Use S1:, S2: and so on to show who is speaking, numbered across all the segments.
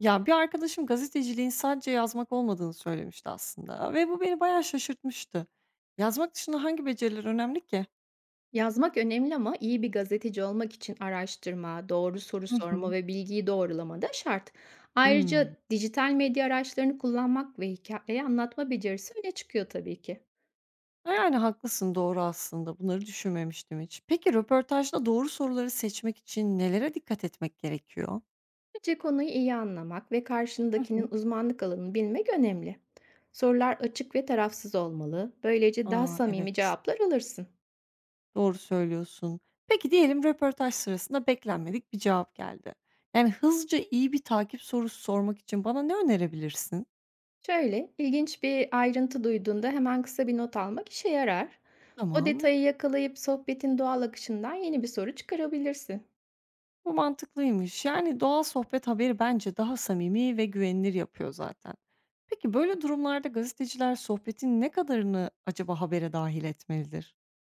S1: Ya, bir arkadaşım gazeteciliğin sadece yazmak olmadığını söylemişti aslında ve bu beni bayağı şaşırtmıştı. Yazmak dışında hangi beceriler önemli ki?
S2: Yazmak önemli ama iyi bir gazeteci olmak için araştırma, doğru soru
S1: Hı
S2: sorma
S1: hı.
S2: ve bilgiyi doğrulama da şart.
S1: Hımm.
S2: Ayrıca dijital medya araçlarını kullanmak ve hikayeyi anlatma becerisi öne çıkıyor tabii ki.
S1: Ha, yani haklısın, doğru aslında. Bunları düşünmemiştim hiç. Peki röportajda doğru soruları seçmek için nelere dikkat etmek gerekiyor?
S2: Önce konuyu iyi anlamak ve
S1: Hı
S2: karşındakinin
S1: hı.
S2: uzmanlık alanını bilmek önemli. Sorular açık ve tarafsız olmalı. Böylece daha
S1: A,
S2: samimi
S1: evet,
S2: cevaplar alırsın.
S1: doğru söylüyorsun. Peki diyelim röportaj sırasında beklenmedik bir cevap geldi. Yani hızlıca iyi bir takip sorusu sormak için bana ne önerebilirsin?
S2: Şöyle, ilginç bir ayrıntı duyduğunda hemen kısa bir not almak işe yarar. O
S1: Tamam.
S2: detayı yakalayıp sohbetin doğal akışından yeni bir soru çıkarabilirsin.
S1: Bu mantıklıymış. Yani doğal sohbet haberi bence daha samimi ve güvenilir yapıyor zaten. Peki böyle durumlarda gazeteciler sohbetin ne kadarını acaba habere dahil etmelidir?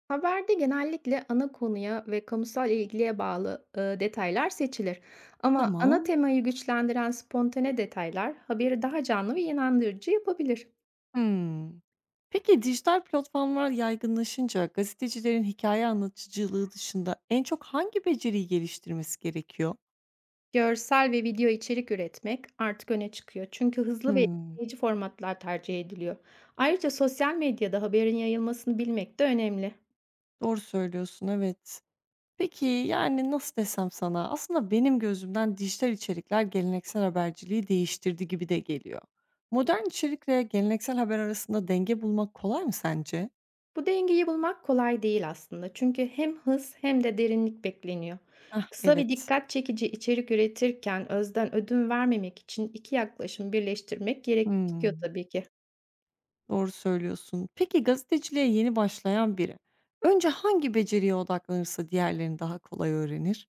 S2: Haberde genellikle ana konuya ve kamusal ilgiye bağlı detaylar seçilir ama ana
S1: Tamam.
S2: temayı güçlendiren spontane detaylar haberi daha canlı ve inandırıcı yapabilir.
S1: Hmm. Peki dijital platformlar yaygınlaşınca gazetecilerin hikaye anlatıcılığı dışında en çok hangi beceriyi geliştirmesi gerekiyor?
S2: Görsel ve video içerik üretmek artık öne çıkıyor çünkü hızlı ve
S1: Hmm.
S2: etkileyici formatlar tercih ediliyor. Ayrıca sosyal medyada haberin yayılmasını bilmek de önemli.
S1: Doğru söylüyorsun, evet. Peki, yani, nasıl desem sana, aslında benim gözümden dijital içerikler geleneksel haberciliği değiştirdi gibi de geliyor. Modern içerikle geleneksel haber arasında denge bulmak kolay mı sence?
S2: Bu dengeyi bulmak kolay değil aslında. Çünkü hem hız hem de derinlik bekleniyor.
S1: Ah
S2: Kısa ve
S1: evet.
S2: dikkat çekici içerik üretirken özden ödün vermemek için iki yaklaşım birleştirmek gerekiyor
S1: Hımm,
S2: tabii ki.
S1: doğru söylüyorsun. Peki, gazeteciliğe yeni başlayan biri önce hangi beceriye odaklanırsa diğerlerini daha kolay öğrenir?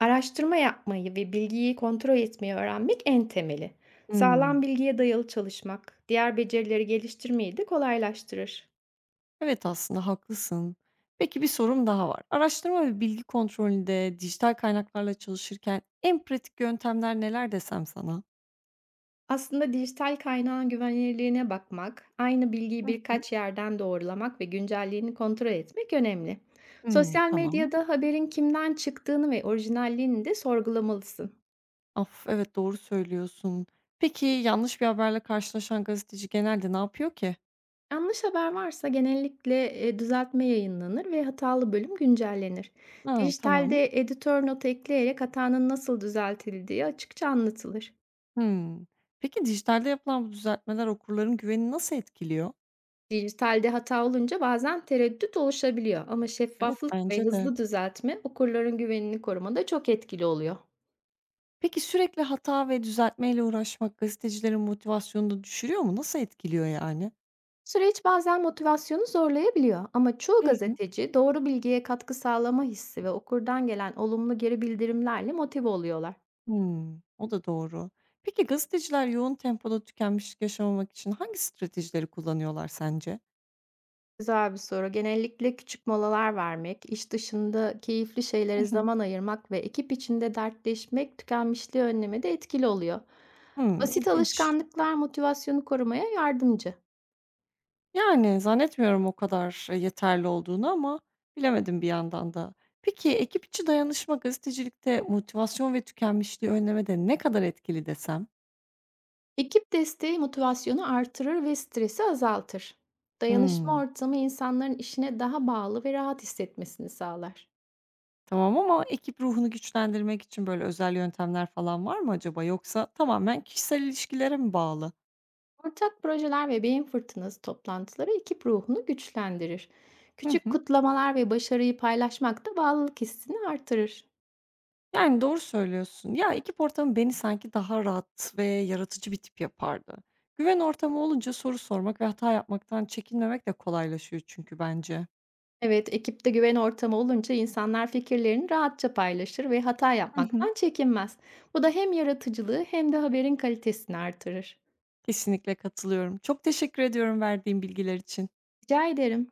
S2: Araştırma yapmayı ve bilgiyi kontrol etmeyi öğrenmek en temeli. Sağlam
S1: Hımm.
S2: bilgiye dayalı çalışmak, diğer becerileri geliştirmeyi de kolaylaştırır.
S1: Evet, aslında haklısın. Peki bir sorum daha var. Araştırma ve bilgi kontrolünde dijital kaynaklarla çalışırken en pratik yöntemler neler desem sana?
S2: Aslında dijital kaynağın güvenilirliğine bakmak, aynı
S1: Hı
S2: bilgiyi
S1: hı.
S2: birkaç yerden doğrulamak ve güncelliğini kontrol etmek önemli.
S1: Hımm,
S2: Sosyal
S1: tamam.
S2: medyada haberin kimden çıktığını ve orijinalliğini de sorgulamalısın.
S1: Of, evet, doğru söylüyorsun. Peki yanlış bir haberle karşılaşan gazeteci genelde ne yapıyor ki?
S2: Yanlış haber varsa genellikle düzeltme yayınlanır ve hatalı bölüm güncellenir.
S1: Ha, tamam.
S2: Dijitalde editör notu ekleyerek hatanın nasıl düzeltildiği açıkça anlatılır.
S1: Hımm. Peki dijitalde yapılan bu düzeltmeler okurların güvenini nasıl etkiliyor?
S2: Dijitalde hata olunca bazen tereddüt oluşabiliyor ama
S1: Evet,
S2: şeffaflık
S1: bence
S2: ve
S1: de.
S2: hızlı düzeltme okurların güvenini korumada çok etkili oluyor.
S1: Peki sürekli hata ve düzeltmeyle uğraşmak gazetecilerin motivasyonunu düşürüyor mu? Nasıl etkiliyor yani?
S2: Süreç bazen motivasyonu zorlayabiliyor ama çoğu
S1: Hı hı.
S2: gazeteci doğru bilgiye katkı sağlama hissi ve okurdan gelen olumlu geri bildirimlerle motive oluyorlar.
S1: Hımm, o da doğru. Peki gazeteciler yoğun tempoda tükenmişlik yaşamamak için hangi stratejileri kullanıyorlar sence?
S2: Güzel bir soru. Genellikle küçük molalar vermek, iş dışında keyifli
S1: Hı
S2: şeylere
S1: hı.
S2: zaman ayırmak ve ekip içinde dertleşmek tükenmişliği önlemede etkili oluyor.
S1: Hımm,
S2: Basit
S1: ilginç.
S2: alışkanlıklar motivasyonu korumaya yardımcı.
S1: Yani zannetmiyorum o kadar yeterli olduğunu ama bilemedim bir yandan da. Peki ekip içi dayanışma gazetecilikte motivasyon ve tükenmişliği önlemede ne kadar etkili desem?
S2: Ekip desteği motivasyonu artırır ve stresi azaltır. Dayanışma
S1: Hımm,
S2: ortamı insanların işine daha bağlı ve rahat hissetmesini sağlar.
S1: tamam ama ekip ruhunu güçlendirmek için böyle özel yöntemler falan var mı acaba? Yoksa tamamen kişisel ilişkilere mi bağlı?
S2: Ortak projeler ve beyin fırtınası toplantıları ekip ruhunu güçlendirir.
S1: Hı
S2: Küçük
S1: hı.
S2: kutlamalar ve başarıyı paylaşmak da bağlılık hissini artırır.
S1: Yani, doğru söylüyorsun. Ya, ekip ortamı beni sanki daha rahat ve yaratıcı bir tip yapardı. Güven ortamı olunca soru sormak ve hata yapmaktan çekinmemek de kolaylaşıyor çünkü bence.
S2: Evet, ekipte güven ortamı olunca insanlar fikirlerini rahatça paylaşır ve hata
S1: Hı hı.
S2: yapmaktan çekinmez. Bu da hem yaratıcılığı hem de haberin kalitesini artırır.
S1: Kesinlikle katılıyorum. Çok teşekkür ediyorum verdiğin bilgiler için.
S2: Rica ederim.